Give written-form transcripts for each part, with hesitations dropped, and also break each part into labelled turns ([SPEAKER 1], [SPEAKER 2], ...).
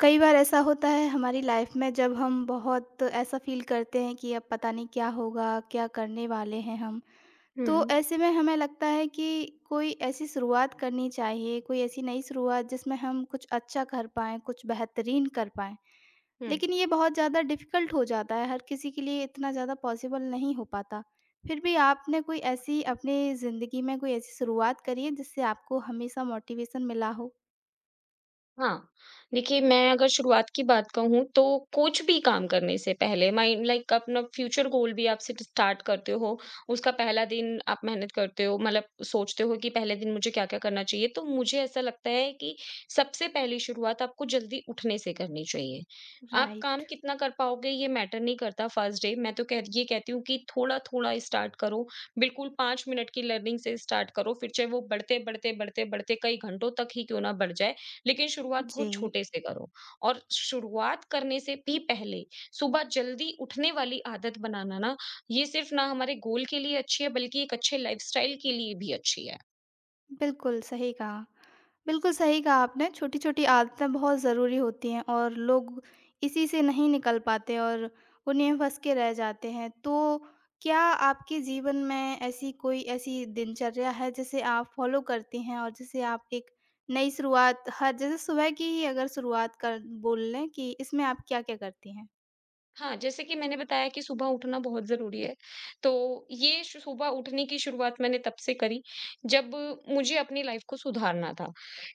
[SPEAKER 1] कई बार ऐसा होता है हमारी लाइफ में जब हम बहुत ऐसा फील करते हैं कि अब पता नहीं क्या होगा, क्या करने वाले हैं हम। तो
[SPEAKER 2] 嗯
[SPEAKER 1] ऐसे में हमें लगता है कि कोई ऐसी शुरुआत करनी चाहिए, कोई ऐसी नई शुरुआत जिसमें हम कुछ अच्छा कर पाएँ, कुछ बेहतरीन कर पाएँ।
[SPEAKER 2] 嗯。
[SPEAKER 1] लेकिन ये बहुत ज़्यादा डिफ़िकल्ट हो जाता है, हर किसी के लिए इतना ज़्यादा पॉसिबल नहीं हो पाता। फिर भी आपने कोई ऐसी अपनी ज़िंदगी में कोई ऐसी शुरुआत करी है जिससे आपको हमेशा मोटिवेशन मिला हो?
[SPEAKER 2] हाँ, देखिए, मैं अगर शुरुआत की बात कहूँ तो कुछ भी काम करने से पहले माइंड लाइक अपना फ्यूचर गोल भी आप सेट स्टार्ट करते हो। उसका पहला दिन आप मेहनत करते हो, मतलब सोचते हो कि पहले दिन मुझे क्या-क्या करना चाहिए, तो मुझे ऐसा लगता है कि सबसे पहली शुरुआत आपको जल्दी उठने से करनी चाहिए। आप काम
[SPEAKER 1] राइट।
[SPEAKER 2] कितना कर पाओगे ये मैटर नहीं करता फर्स्ट डे। मैं तो कह ये कहती हूँ कि थोड़ा-थोड़ा स्टार्ट करो, बिल्कुल 5 मिनट की लर्निंग से स्टार्ट करो, फिर चाहे वो बढ़ते-बढ़ते, बढ़ते-बढ़ते कई घंटों तक ही क्यों ना बढ़ जाए, लेकिन शुरुआत
[SPEAKER 1] जी,
[SPEAKER 2] बहुत छोटे से करो। और शुरुआत करने से भी पहले सुबह जल्दी उठने वाली आदत बनाना ना, ये सिर्फ ना हमारे गोल के लिए अच्छी है बल्कि एक अच्छे लाइफस्टाइल के लिए भी अच्छी है।
[SPEAKER 1] बिल्कुल सही कहा। बिल्कुल सही कहा आपने, छोटी-छोटी आदतें बहुत ज़रूरी होती हैं और लोग इसी से नहीं निकल पाते और उन्हें फँस के रह जाते हैं। तो क्या आपके जीवन में ऐसी कोई ऐसी दिनचर्या है जिसे आप फ़ॉलो करती हैं और जिसे आप एक नई शुरुआत हर जैसे सुबह की ही अगर शुरुआत कर बोल लें कि इसमें आप क्या-क्या करती हैं?
[SPEAKER 2] हाँ, जैसे कि मैंने बताया कि सुबह उठना बहुत ज़रूरी है। तो ये श सुबह उठने की शुरुआत मैंने तब से करी, जब मुझे अपनी लाइफ़ को सुधारना था।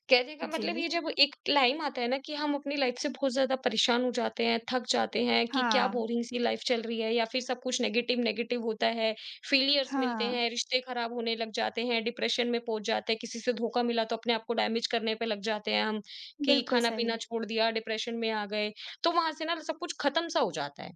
[SPEAKER 2] कहने का मतलब
[SPEAKER 1] जी।
[SPEAKER 2] ये, जब एक टाइम आता है ना कि हम अपनी लाइफ़ से बहुत ज़्यादा परेशान हो जाते हैं, थक जाते हैं कि क्या
[SPEAKER 1] हाँ,
[SPEAKER 2] बोरिंग-सी लाइफ़ चल रही है, या फिर सब कुछ नेगेटिव-नेगेटिव होता है, फेलियर्स मिलते
[SPEAKER 1] हाँ,
[SPEAKER 2] हैं, रिश्ते खराब होने लग जाते हैं, डिप्रेशन में पहुँच जाते हैं, किसी से धोखा मिला तो अपने आप को डैमेज करने पे लग जाते हैं हम, कि
[SPEAKER 1] बिल्कुल सही।
[SPEAKER 2] खाना-पीना छोड़ दिया, डिप्रेशन में आ गए। तो वहां से ना सब कुछ खत्म सा हो जाता है।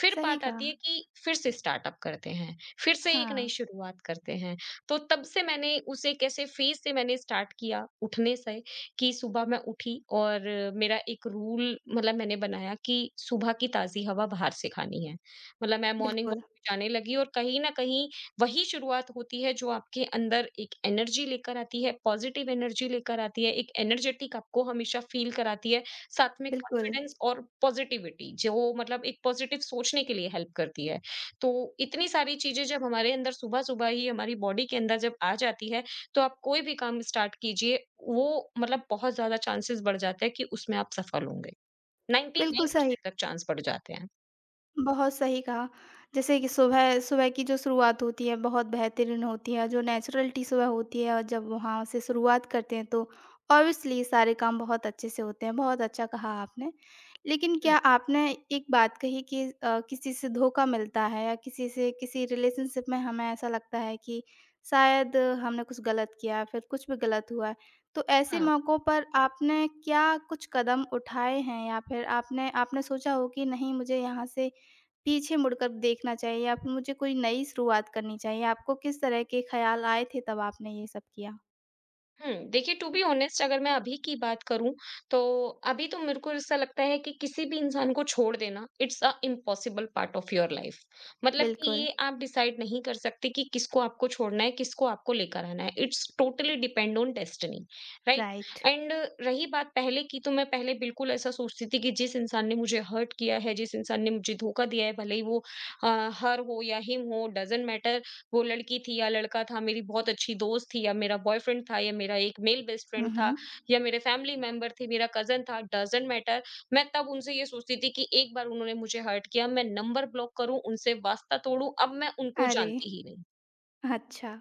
[SPEAKER 2] फिर
[SPEAKER 1] सही
[SPEAKER 2] बात
[SPEAKER 1] कहा।
[SPEAKER 2] आती है कि फिर से स्टार्टअप करते हैं, फिर से एक नई
[SPEAKER 1] हाँ,
[SPEAKER 2] शुरुआत करते हैं। तो तब से मैंने उसे कैसे फेज़ से मैंने स्टार्ट किया उठने से, कि सुबह मैं उठी और मेरा एक रूल, मतलब मैंने बनाया कि सुबह की ताज़ी हवा बाहर से खानी है। मतलब मैं मॉर्निंग वॉक
[SPEAKER 1] बिल्कुल,
[SPEAKER 2] पे जाने लगी, और कहीं न कहीं वही शुरुआत होती है जो आपके अंदर एक एनर्जी लेकर आती है, पॉजिटिव एनर्जी लेकर आती है, एक एनर्जेटिक आपको हमेशा फील कराती है, साथ में
[SPEAKER 1] बिल्कुल,
[SPEAKER 2] कॉन्फिडेंस और पॉजिटिविटी जो, मतलब एक पॉजिटिव सोचने के लिए हेल्प करती है। तो इतनी सारी चीज़ें जब हमारे अंदर सुबह-सुबह ही हमारी बॉडी के अंदर जब आ जाती है, तो आप कोई भी काम स्टार्ट कीजिए, वो मतलब बहुत ज़्यादा चांसेस बढ़ जाते हैं कि उसमें आप सफल होंगे।
[SPEAKER 1] बिल्कुल सही।
[SPEAKER 2] 99% तक चांस बढ़ जाते हैं।
[SPEAKER 1] बहुत सही कहा। जैसे कि सुबह सुबह की जो शुरुआत होती है बहुत बेहतरीन होती है, जो नेचुरलिटी सुबह होती है और जब वहाँ से शुरुआत करते हैं तो ऑब्वियसली सारे काम बहुत अच्छे से होते हैं, बहुत अच्छा कहा आपने। लेकिन
[SPEAKER 2] हुँ,
[SPEAKER 1] क्या आपने एक बात कही कि किसी से धोखा मिलता है या किसी से किसी रिलेशनशिप में हमें ऐसा लगता है कि शायद हमने कुछ गलत किया, फिर कुछ भी गलत हुआ है। तो ऐसे
[SPEAKER 2] हाँ।
[SPEAKER 1] मौकों पर आपने क्या कुछ कदम उठाए हैं या फिर आपने आपने सोचा हो कि नहीं मुझे यहाँ से पीछे मुड़कर देखना चाहिए या फिर मुझे कोई नई शुरुआत करनी चाहिए? आपको किस तरह के ख़्याल आए थे तब आपने ये सब किया?
[SPEAKER 2] हुँ, देखिए, टू बी ऑनेस्ट अगर मैं अभी की बात करूँ, तो अभी तो मेरे को ऐसा लगता है कि किसी भी इंसान को छोड़ देना it's a impossible part of your life. मतलब कि
[SPEAKER 1] बिल्कुल,
[SPEAKER 2] ये आप डिसाइड नहीं कर सकते कि किसको आपको छोड़ना है, किसको आपको लेकर आना है। It's totally depend on destiny, right?
[SPEAKER 1] Right.
[SPEAKER 2] And रही बात पहले की, तो मैं पहले बिल्कुल ऐसा सोचती थी कि जिस इंसान ने मुझे हर्ट किया है, जिस इंसान ने मुझे धोखा दिया है, भले ही वो हर हो या हिम हो, डज़न्ट मैटर, वो लड़की थी या लड़का था, मेरी बहुत अच्छी दोस्त थी या मेरा बॉयफ्रेंड था या मेरा एक मेल बेस्ट
[SPEAKER 1] हुँ,
[SPEAKER 2] फ्रेंड था
[SPEAKER 1] हुँ।
[SPEAKER 2] या मेरे फैमिली मेंबर थे, मेरा कज़न था, डज़न्ट मैटर। मैं तब उनसे ये सोचती थी कि एक बार उन्होंने मुझे हर्ट किया, मैं नंबर ब्लॉक करूँ, उनसे वास्ता तोड़ूँ, अब मैं उनको
[SPEAKER 1] अरे!
[SPEAKER 2] जानती ही नहीं।
[SPEAKER 1] अच्छा,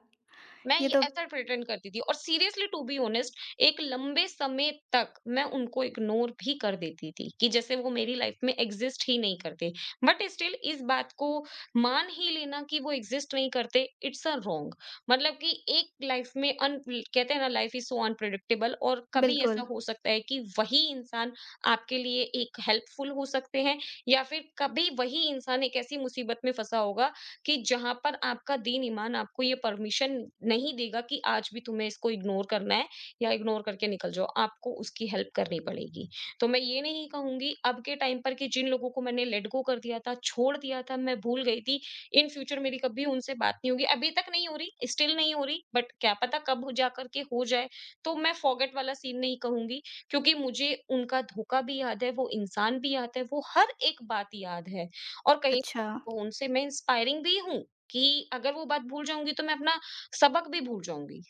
[SPEAKER 2] मैं
[SPEAKER 1] ये
[SPEAKER 2] ये
[SPEAKER 1] तो
[SPEAKER 2] ऐसा प्रिटेंड करती थी, और सीरियसली टू बी ऑनेस्ट एक लंबे समय तक मैं उनको इग्नोर भी कर देती थी कि जैसे वो मेरी लाइफ में एग्जिस्ट ही नहीं करते, बट स्टिल इस बात को मान ही लेना कि वो एग्जिस्ट नहीं करते, इट्स अ रॉन्ग। मतलब कि एक लाइफ में, अन कहते हैं ना, लाइफ इज सो अनप्रिडिक्टेबल, और कभी ऐसा
[SPEAKER 1] बिल्कुल,
[SPEAKER 2] हो सकता है कि वही इंसान आपके लिए एक हेल्पफुल हो सकते हैं, या फिर कभी वही इंसान एक ऐसी मुसीबत में फंसा होगा कि जहाँ पर आपका दीन ईमान आपको ये परमिशन नहीं देगा कि आज भी तुम्हें इसको इग्नोर करना है या इग्नोर करके निकल जाओ, आपको उसकी हेल्प करनी पड़ेगी। तो मैं ये नहीं कहूँगी अब के टाइम पर कि जिन लोगों को मैंने लेट गो कर दिया था, छोड़ दिया था, मैं भूल गई थी, इन फ्यूचर मेरी कभी उनसे बात नहीं होगी। अभी तक नहीं हो रही, स्टिल नहीं हो रही, बट क्या पता कब हो जा करके हो जाए। तो मैं फॉरगेट वाला सीन नहीं कहूँगी, क्योंकि मुझे उनका धोखा भी याद है, वो इंसान भी याद है, वो हर एक बात याद है, और कहीं
[SPEAKER 1] अच्छा,
[SPEAKER 2] तो उनसे मैं इंस्पायरिंग भी हूँ कि अगर वो बात भूल जाऊँगी तो मैं अपना सबक भी भूल जाऊँगी,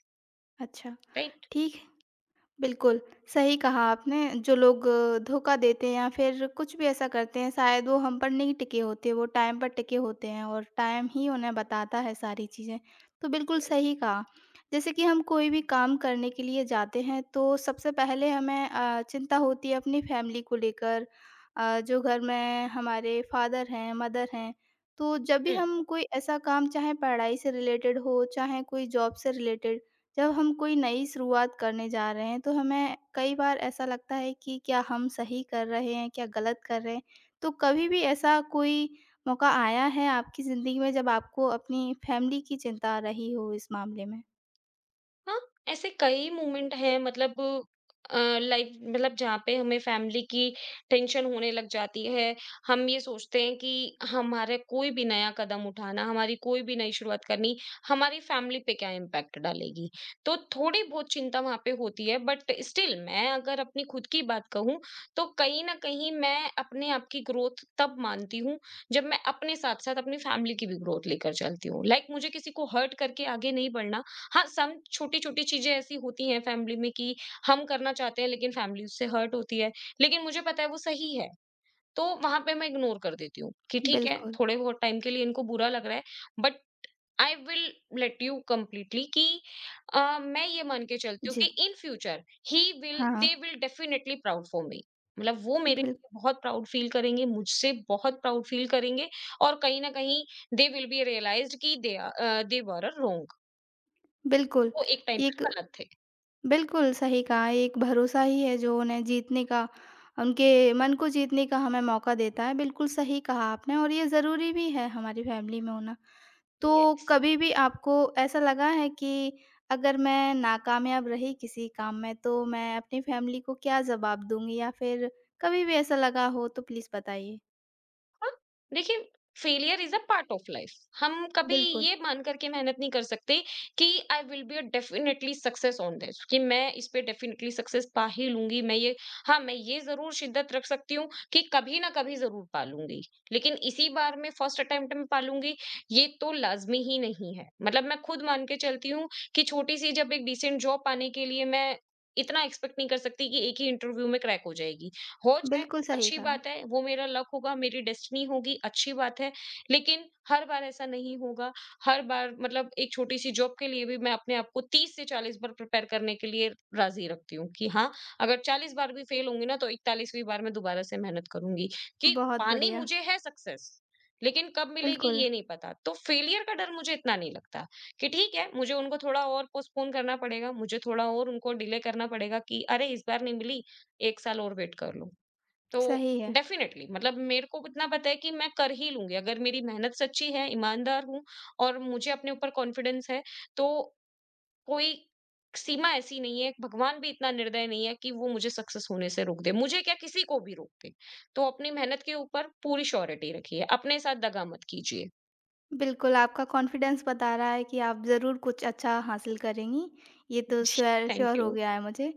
[SPEAKER 1] अच्छा,
[SPEAKER 2] राइट?
[SPEAKER 1] ठीक है। बिल्कुल, सही कहा आपने। जो लोग धोखा देते हैं या फिर कुछ भी ऐसा करते हैं, शायद वो हम पर नहीं टिके होते, वो टाइम पर टिके होते हैं और टाइम ही उन्हें बताता है सारी चीज़ें। तो बिल्कुल
[SPEAKER 2] यस।
[SPEAKER 1] सही कहा। जैसे कि हम कोई भी काम करने के लिए जाते हैं, तो सबसे पहले हमें चिंता होती है अपनी फैमिली को लेकर जो घर में हमारे फादर हैं, मदर हैं। तो जब भी
[SPEAKER 2] हुँ।
[SPEAKER 1] हम कोई ऐसा काम चाहे पढ़ाई से रिलेटेड हो, चाहे कोई जॉब से रिलेटेड जब हम कोई नई शुरुआत करने जा रहे हैं, तो हमें कई बार ऐसा लगता है कि क्या हम सही कर रहे हैं, क्या गलत कर रहे हैं? तो कभी भी ऐसा कोई मौका आया है आपकी ज़िंदगी में जब आपको अपनी फैमिली की चिंता रही हो इस मामले में?
[SPEAKER 2] हाँ, ऐसे कई मोमेंट हैं, मतलब लाइफ मतलब जहाँ पे हमें फैमिली की टेंशन होने लग जाती है। हम ये सोचते हैं कि हमारे कोई भी नया कदम उठाना, हमारी कोई भी नई शुरुआत करनी, हमारी फैमिली पे क्या इम्पैक्ट डालेगी। तो थोड़ी बहुत चिंता वहाँ पे होती है, बट स्टिल मैं अगर अपनी खुद की बात कहूँ, तो कहीं न कहीं मैं अपने आप की ग्रोथ तब मानती हूँ, जब मैं अपने साथ-साथ अपनी फैमिली की भी ग्रोथ लेकर चलती हूँ। लाइक मुझे किसी को हर्ट करके आगे नहीं बढ़ना। हाँ, सम छोटी-छोटी चीज़ें ऐसी होती हैं फैमिली में कि हम करना चाहते हैं, लेकिन फैमिली उससे हर्ट होती है। लेकिन मुझे पता है वो सही है, तो वहाँ पे मैं इग्नोर कर देती हूँ कि ठीक है,
[SPEAKER 1] बिल्कुल,
[SPEAKER 2] थोड़े बहुत टाइम के लिए इनको बुरा लग रहा है, but I will let you completely कि मैं ये मान के चलती हूँ कि
[SPEAKER 1] जी।
[SPEAKER 2] इन फ्यूचर ही विल
[SPEAKER 1] हाँ,
[SPEAKER 2] they will definitely proud for me. मतलब वो मेरे
[SPEAKER 1] बिल
[SPEAKER 2] लिए बहुत प्राउड फील करेंगे, मुझसे बहुत प्राउड फील करेंगे, और कहीं न कहीं दे विल बी रियलाइज्ड कि दे वर अ रोंग।
[SPEAKER 1] बिल्कुल।
[SPEAKER 2] वो एक टाइम
[SPEAKER 1] एक
[SPEAKER 2] पर गलत थे।
[SPEAKER 1] बिल्कुल सही कहा, एक भरोसा ही है जो उन्हें जीतने का उनके मन को जीतने का हमें मौका देता है। बिल्कुल सही कहा आपने और ये ज़रूरी भी है हमारी फैमिली में होना। तो
[SPEAKER 2] यस।
[SPEAKER 1] कभी भी आपको ऐसा लगा है कि अगर मैं नाकामयाब रही किसी काम में तो मैं अपनी फैमिली को क्या जवाब दूँगी? या फिर कभी भी ऐसा लगा हो तो प्लीज़ बताइए?
[SPEAKER 2] हाँ, देखिए, failure is a part of life. हम कभी
[SPEAKER 1] बिल्कुल,
[SPEAKER 2] ये मान करके मेहनत नहीं कर सकते कि I will be definitely success on this, कि मैं इस पे डेफिनेटली सक्सेस पा ही लूंगी। मैं ये, हाँ, मैं ये जरूर शिद्दत रख सकती हूँ कि कभी ना कभी जरूर पा लूंगी, लेकिन इसी बार में फर्स्ट अटेम्प्ट में पा लूंगी, ये तो लाजमी ही नहीं है। मतलब मैं खुद मान के चलती हूँ कि छोटी सी जब एक डिसेंट जॉब पाने के लिए मैं इतना एक्सपेक्ट नहीं कर सकती कि एक ही इंटरव्यू में क्रैक हो जाएगी। हो,
[SPEAKER 1] बिल्कुल सही
[SPEAKER 2] अच्छी
[SPEAKER 1] कहा।
[SPEAKER 2] बात है, वो मेरा लक होगा, मेरी डेस्टिनी होगी, अच्छी बात है। लेकिन हर बार ऐसा नहीं होगा। हर बार मतलब एक छोटी-सी जॉब के लिए भी मैं अपने आप को 30 से 40 बार प्रिपेयर करने के लिए राज़ी रखती हूँ, कि हाँ, अगर 40 बार भी फेल होंगी ना, तो 41वीं बार मैं दोबारा से मेहनत करूँगी, कि
[SPEAKER 1] बहुत
[SPEAKER 2] पानी
[SPEAKER 1] बढ़िया।
[SPEAKER 2] मुझे है सक्सेस, लेकिन कब मिलेगी
[SPEAKER 1] बिल्कुल,
[SPEAKER 2] ये नहीं पता। तो फेलियर का डर मुझे इतना नहीं लगता, कि ठीक है, मुझे उनको थोड़ा और पोस्टपोन करना पड़ेगा, मुझे थोड़ा और उनको डिले करना पड़ेगा, कि अरे! इस बार नहीं मिली, 1 साल और वेट कर लो। तो
[SPEAKER 1] सही है।
[SPEAKER 2] डेफिनेटली मतलब मेरे को इतना पता है कि मैं कर ही लूंगी, अगर मेरी मेहनत सच्ची है, ईमानदार हूं और मुझे अपने ऊपर कॉन्फिडेंस है, तो कोई सीमा ऐसी नहीं है, भगवान भी इतना निर्दय नहीं है कि वो मुझे सक्सेस होने से रोक दे, मुझे क्या, किसी को भी रोक दे। तो अपनी मेहनत के ऊपर पूरी श्योरिटी रखिए, अपने साथ दगा मत कीजिए।
[SPEAKER 1] बिल्कुल, आपका कॉन्फिडेंस बता रहा है कि आप ज़रूर कुछ अच्छा हासिल करेंगी। ये तो
[SPEAKER 2] जी,
[SPEAKER 1] स्वे
[SPEAKER 2] थैंक
[SPEAKER 1] श्योर हो
[SPEAKER 2] यू।
[SPEAKER 1] गया है मुझे।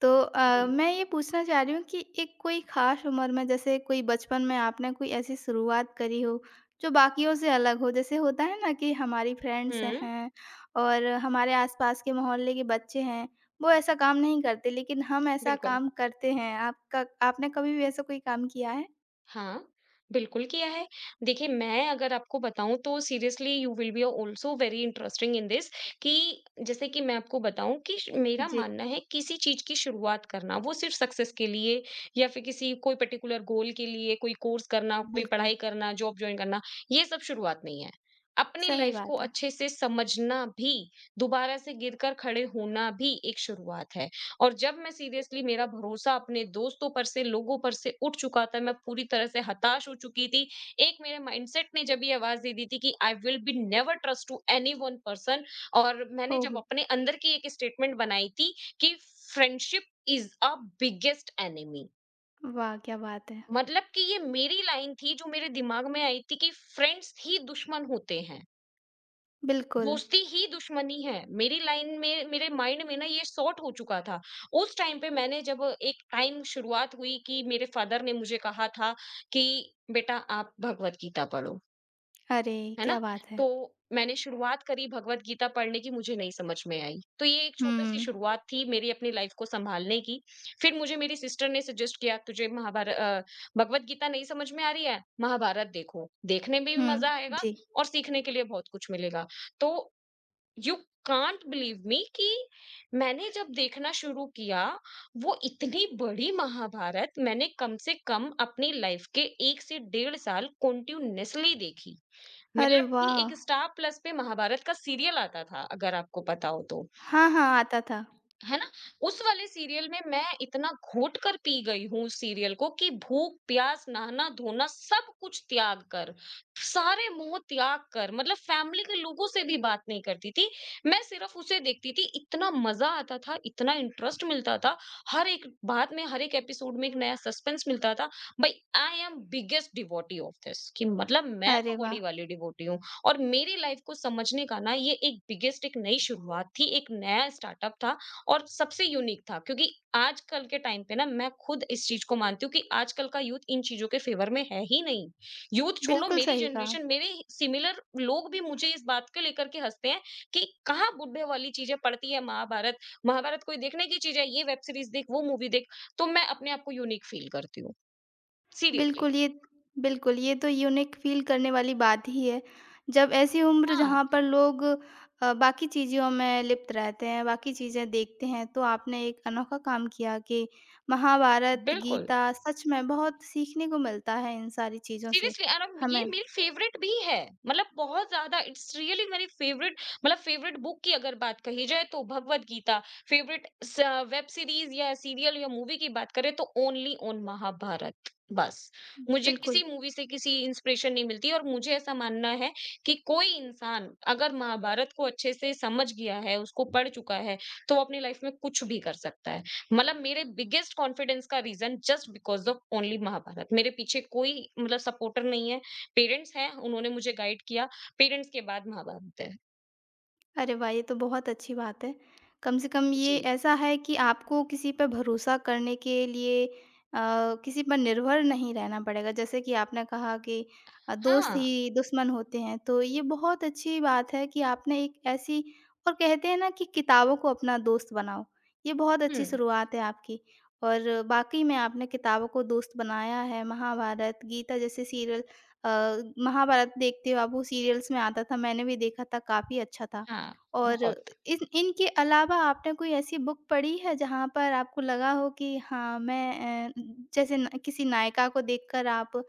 [SPEAKER 1] तो
[SPEAKER 2] जी।
[SPEAKER 1] मैं ये पूछना चाह रही हूँ कि एक कोई ख़ास उम्र में जैसे कोई बचपन में आपने कोई ऐसी शुरुआत करी हो, जो बाकियों से अलग हो? जैसे होता है ना कि हमारी फ्रेंड्स
[SPEAKER 2] हम्म।
[SPEAKER 1] हैं और हमारे आस-पास के मोहल्ले के बच्चे हैं, वो ऐसा काम नहीं करते लेकिन हम ऐसा
[SPEAKER 2] बिल्कुल।
[SPEAKER 1] काम करते हैं। आपका आपने कभी भी ऐसा कोई काम किया है?
[SPEAKER 2] हाँ, बिल्कुल किया है। देखिए, मैं अगर आपको बताऊँ तो seriously you will be also very interesting in this, कि जैसे कि मैं आपको बताऊँ कि श मेरा
[SPEAKER 1] जी,
[SPEAKER 2] मानना है, किसी चीज़ की शुरुआत करना, वो सिर्फ़ सक्सेस के लिए या फिर किसी कोई पर्टिकुलर गोल के लिए कोई कोर्स करना, कोई
[SPEAKER 1] बिल्कुल।
[SPEAKER 2] पढ़ाई करना, जॉब जॉइन करना, ये सब शुरुआत नहीं है। अपनी
[SPEAKER 1] सही
[SPEAKER 2] लाइफ़ को
[SPEAKER 1] बात है।
[SPEAKER 2] अच्छे से समझना भी, दोबारा से गिरकर खड़े होना भी एक शुरुआत है। और जब मैं सीरियसली मेरा भरोसा अपने दोस्तों पर से, लोगों पर से उठ चुका था, मैं पूरी तरह से हताश हो चुकी थी। एक मेरे माइंडसेट ने जब ये आवाज़ दे दी थी कि I will be never trust to anyone person, और मैंने
[SPEAKER 1] ओह!
[SPEAKER 2] जब अपने अंदर की एक स्टेटमेंट बनाई थी कि friendship is a biggest enemy.
[SPEAKER 1] वाह! क्या बात है।
[SPEAKER 2] मतलब कि ये मेरी लाइन थी जो मेरे दिमाग में आई थी कि फ्रेंड्स ही दुश्मन होते हैं।
[SPEAKER 1] बिल्कुल।
[SPEAKER 2] दोस्ती ही दुश्मनी है। मेरी लाइन में, मेरे माइंड में ना ये सॉर्ट हो चुका था। उस टाइम पे मैंने जब एक टाइम शुरुआत हुई, कि मेरे फादर ने मुझे कहा था कि बेटा आप भगवत गीता पढ़ो,
[SPEAKER 1] अरे!
[SPEAKER 2] है ना?
[SPEAKER 1] क्या बात है।
[SPEAKER 2] तो मैंने शुरुआत करी भगवत गीता पढ़ने की, मुझे नहीं समझ में आई। तो ये एक छोटी-सी
[SPEAKER 1] हुँ।
[SPEAKER 2] शुरुआत थी मेरी अपनी लाइफ को सँभालने की। फिर मुझे मेरी सिस्टर ने सजेस्ट किया, तुझे भगवत गीता नहीं समझ में आ रही है? महाभारत देखो। देखने में भी
[SPEAKER 1] हुँ,
[SPEAKER 2] मज़ा आएगा
[SPEAKER 1] जी।
[SPEAKER 2] और सीखने के लिए बहुत कुछ मिलेगा। तो यू कांट बिलीव मी कि मैंने जब देखना शुरू किया, वो इतनी बड़ी महाभारत मैंने कम से कम अपनी लाइफ के एक से डेढ़ साल कॉन्टिन्यूअसली देखी।
[SPEAKER 1] अरे
[SPEAKER 2] मतलब कि
[SPEAKER 1] वाह!
[SPEAKER 2] एक स्टार प्लस पे महाभारत का सीरियल आता था, अगर आपको पता हो तो,
[SPEAKER 1] हाँ, हाँ, आता था।
[SPEAKER 2] है ना? उस वाले सीरियल में मैं इतना घोट कर पी गई हूँ उस सीरियल को कि भूख, प्यास, नहाना-धोना सब कुछ त्याग कर, सारे मोह त्याग कर, मतलब फैमिली के लोगों से भी बात नहीं करती थी। मैं सिर्फ़ उसे देखती थी, इतना मज़ा आता था, इतना इंटरेस्ट मिलता था, हर एक बात में, हर एक एपिसोड में एक नया सस्पेंस मिलता था। भाई I am biggest devotee of this, कि मतलब मैं
[SPEAKER 1] अरे
[SPEAKER 2] तो
[SPEAKER 1] वाह!
[SPEAKER 2] बड़ी वाली डिवोटी हूँ। और मेरी लाइफ़ को समझने का ना ये एक बिगेस्ट एक नई शुरुआत थी, एक नया स्टार्टअप था और सबसे यूनिक था, क्योंकि आजकल के टाइम पे ना मैं खुद इस चीज को मानती हूँ कि आजकल का यूथ इन चीजों के फेवर में है ही नहीं। यूथ छोड़ो,
[SPEAKER 1] बिल्कुल
[SPEAKER 2] मेरी
[SPEAKER 1] सही कहा।
[SPEAKER 2] जनरेशन, मेरे सिमिलर लोग भी मुझे इस बात को लेकर के हँसते हैं कि कहाँ बुड्ढे वाली चीजें पड़ती है महाभारत। महाभारत कोई देखने की चीज़ है, ये वेब सीरीज़ देख, वो मूवी देख। तो मैं अपने आप को यूनिक फील करती हूँ, सीरियसली।
[SPEAKER 1] बिल्कुल, ये बिल्कुल, ये तो यूनिक फ़ील करने वाली बात ही है। जब ऐसी उम्र
[SPEAKER 2] हाँ,
[SPEAKER 1] जहाँ पर लोग बाकी चीज़ों में लिप्त रहते हैं, बाकी चीज़ें देखते हैं, तो आपने एक अनोखा काम किया कि महाभारत,
[SPEAKER 2] बिल्कुल।
[SPEAKER 1] गीता सच में बहुत सीखने को मिलता है इन सारी चीज़ों से
[SPEAKER 2] सीरियसली, और अब ये
[SPEAKER 1] हमें।
[SPEAKER 2] मेरी फेवरेट भी है। मतलब बहुत ज्यादा, इट्स रियली मेरी फेवरेट। मतलब फेवरेट बुक की अगर बात कही जाए तो Bhagavad Gita, favourite web series या सीरियल या मूवी की बात करें तो ओनली ओन महाभारत, बस। मुझे
[SPEAKER 1] बिल्कुल।
[SPEAKER 2] किसी मूवी से किसी इंस्पिरेशन नहीं मिलती, और मुझे ऐसा मानना है कि कोई इंसान अगर महाभारत को अच्छे से समझ गया है, उसको पढ़ चुका है, तो वो अपनी लाइफ में कुछ भी कर सकता है। मतलब मेरे बिगेस्ट कॉन्फिडेंस का reason just because of only Mahabharat. मेरे पीछे कोई, मतलब सपोर्टर नहीं है। पेरेंट्स हैं, उन्होंने मुझे गाइड किया। पेरेंट्स के बाद महाभारत है।
[SPEAKER 1] अरे वाह! ये तो बहुत अच्छी बात है। कम से कम ये
[SPEAKER 2] जी।
[SPEAKER 1] ऐसा है कि आपको किसी पे भरोसा करने के लिए किसी पर निर्भर नहीं रहना पड़ेगा। जैसे कि आपने कहा कि दोस्त
[SPEAKER 2] हाँ।
[SPEAKER 1] ही दुश्मन होते हैं, तो ये बहुत अच्छी बात है कि आपने एक ऐसी और कहते हैं ना कि किताबों को अपना दोस्त बनाओ, ये बहुत अच्छी
[SPEAKER 2] हम्म।
[SPEAKER 1] शुरुआत है आपकी। और वाक़ई में आपने किताबों को दोस्त बनाया है, महाभारत, गीता जैसे सीरियल अ, महाभारत देखते हो आप, वो सीरियल्स में आता था, मैंने भी देखा था, काफ़ी अच्छा था।
[SPEAKER 2] हाँ।
[SPEAKER 1] और
[SPEAKER 2] बहुत।
[SPEAKER 1] इन इनके अलावा आपने कोई ऐसी बुक पढ़ी है जहाँ पर आपको लगा हो कि हाँ मैं जैसे न किसी नायिका को देखकर आप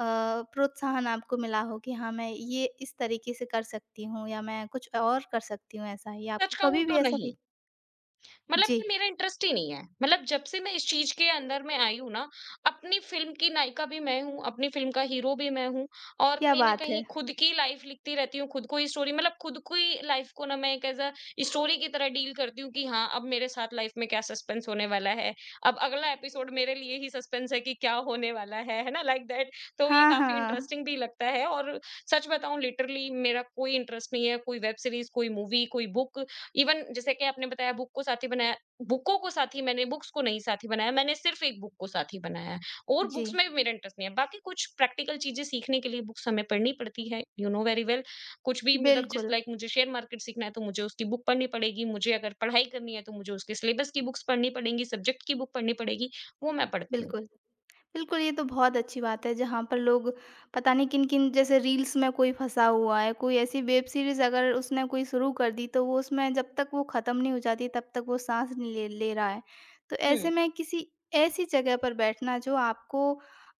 [SPEAKER 1] प्रोत्साहन आपको मिला हो कि हाँ मैं ये इस तरीके से कर सकती हूँ या मैं कुछ और कर सकती हूँ ऐसा ही
[SPEAKER 2] सच
[SPEAKER 1] आपको
[SPEAKER 2] कहूँ
[SPEAKER 1] कभी भी
[SPEAKER 2] तो
[SPEAKER 1] ऐसा फील
[SPEAKER 2] नहीं। मतलब
[SPEAKER 1] जी,
[SPEAKER 2] कि मेरा इंटरेस्ट ही नहीं है। मतलब जब से मैं इस चीज़ के अंदर में आई हूँ ना, अपनी फ़िल्म की नायिका भी मैं हूँ, अपनी फ़िल्म का हीरो भी मैं हूँ और
[SPEAKER 1] क्या
[SPEAKER 2] कहीं न
[SPEAKER 1] बात है!
[SPEAKER 2] कहीं खुद की लाइफ़ लिखती रहती हूँ, खुद को ही स्टोरी, मतलब खुद की लाइफ़ को ना मैं एक ऐज़ अ स्टोरी की तरह डील करती हूँ कि हाँ, अब मेरे साथ लाइफ़ में क्या सस्पेंस होने वाला है। अब अगला एपिसोड मेरे लिए ही सस्पेंस है कि क्या होने वाला है ना? Like that. तो ये
[SPEAKER 1] हाँ,
[SPEAKER 2] काफ़ी
[SPEAKER 1] हाँ।
[SPEAKER 2] इंटरेस्टिंग भी लगता है। और सच बताऊँ, लिटरली मेरा कोई इंटरेस्ट नहीं है, कोई वेब सीरीज़, कोई मूवी, कोई बुक, इवन जैसे कि आपने बताया बुक को साथी बनाया, बुकों को साथी, मैंने बुक्स को नहीं साथी बनाया, मैंने सिर्फ एक बुक को साथी बनाया है। और
[SPEAKER 1] जी,
[SPEAKER 2] बुक्स में भी मेरा इंटरेस्ट नहीं है। बाकी कुछ प्रैक्टिकल चीज़ें सीखने के लिए बुक्स हमें पढ़नी पड़ती है, यू नो वेरी वेल, कुछ भी, मतलब जस्ट
[SPEAKER 1] बिल्कुल,
[SPEAKER 2] लाइक मुझे शेयर मार्केट सीखना है तो मुझे उसकी बुक पढ़नी पड़ेगी, मुझे अगर पढ़ाई करनी है तो मुझे उसके सिलेबस की बुक्स पढ़नी पड़ेंगी, सब्जेक्ट की बुक पढ़नी पड़ेगी, वो मैं पढ़ती हूँ।
[SPEAKER 1] बिल्कुल। बिल्कुल, ये तो बहुत अच्छी बात है जहाँ पर लोग पता नहीं किन-किन जैसे रील्स में कोई फँसा हुआ है, कोई ऐसी वेब सीरीज़ अगर उसने कोई शुरू कर दी तो वो उसमें जब तक वो ख़त्म नहीं हो जाती तब तक वो साँस नहीं ले ले रहा है। तो ऐसे
[SPEAKER 2] हुँ।
[SPEAKER 1] में किसी ऐसी जगह पर बैठना जो आपको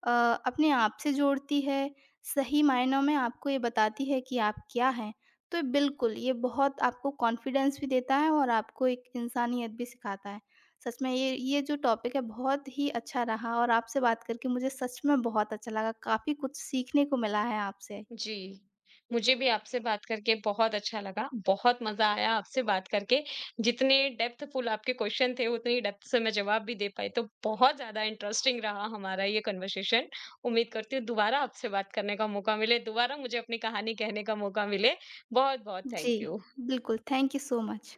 [SPEAKER 1] अ, अपने आप से जोड़ती है, सही मायनों में आपको ये बताती है कि आप क्या हैं। तो बिल्कुल, ये बहुत आपको कॉन्फिडेंस भी देता है और आपको एक इंसानियत भी सिखाता है। सच में ये जो टॉपिक है बहुत ही अच्छा रहा और आपसे बात करके मुझे सच में बहुत अच्छा लगा। काफ़ी कुछ सीखने को मिला है आपसे।
[SPEAKER 2] जी। मुझे भी आपसे बात करके बहुत अच्छा लगा। बहुत मज़ा आया आपसे बात करके। जितने डेप्थफुल आपके क्वेश्चन थे, उतनी डेप्थ से मैं जवाब भी दे पाई, तो बहुत ज़्यादा इंटरेस्टिंग रहा हमारा ये कन्वर्सेशन। उम्मीद करती हूँ दोबारा आपसे बात करने का मौका मिले, दोबारा मुझे अपनी कहानी कहने का मौका मिले। बहुत-बहुत
[SPEAKER 1] जी,
[SPEAKER 2] थैंक यू।
[SPEAKER 1] बिल्कुल, थैंक यू सो मच।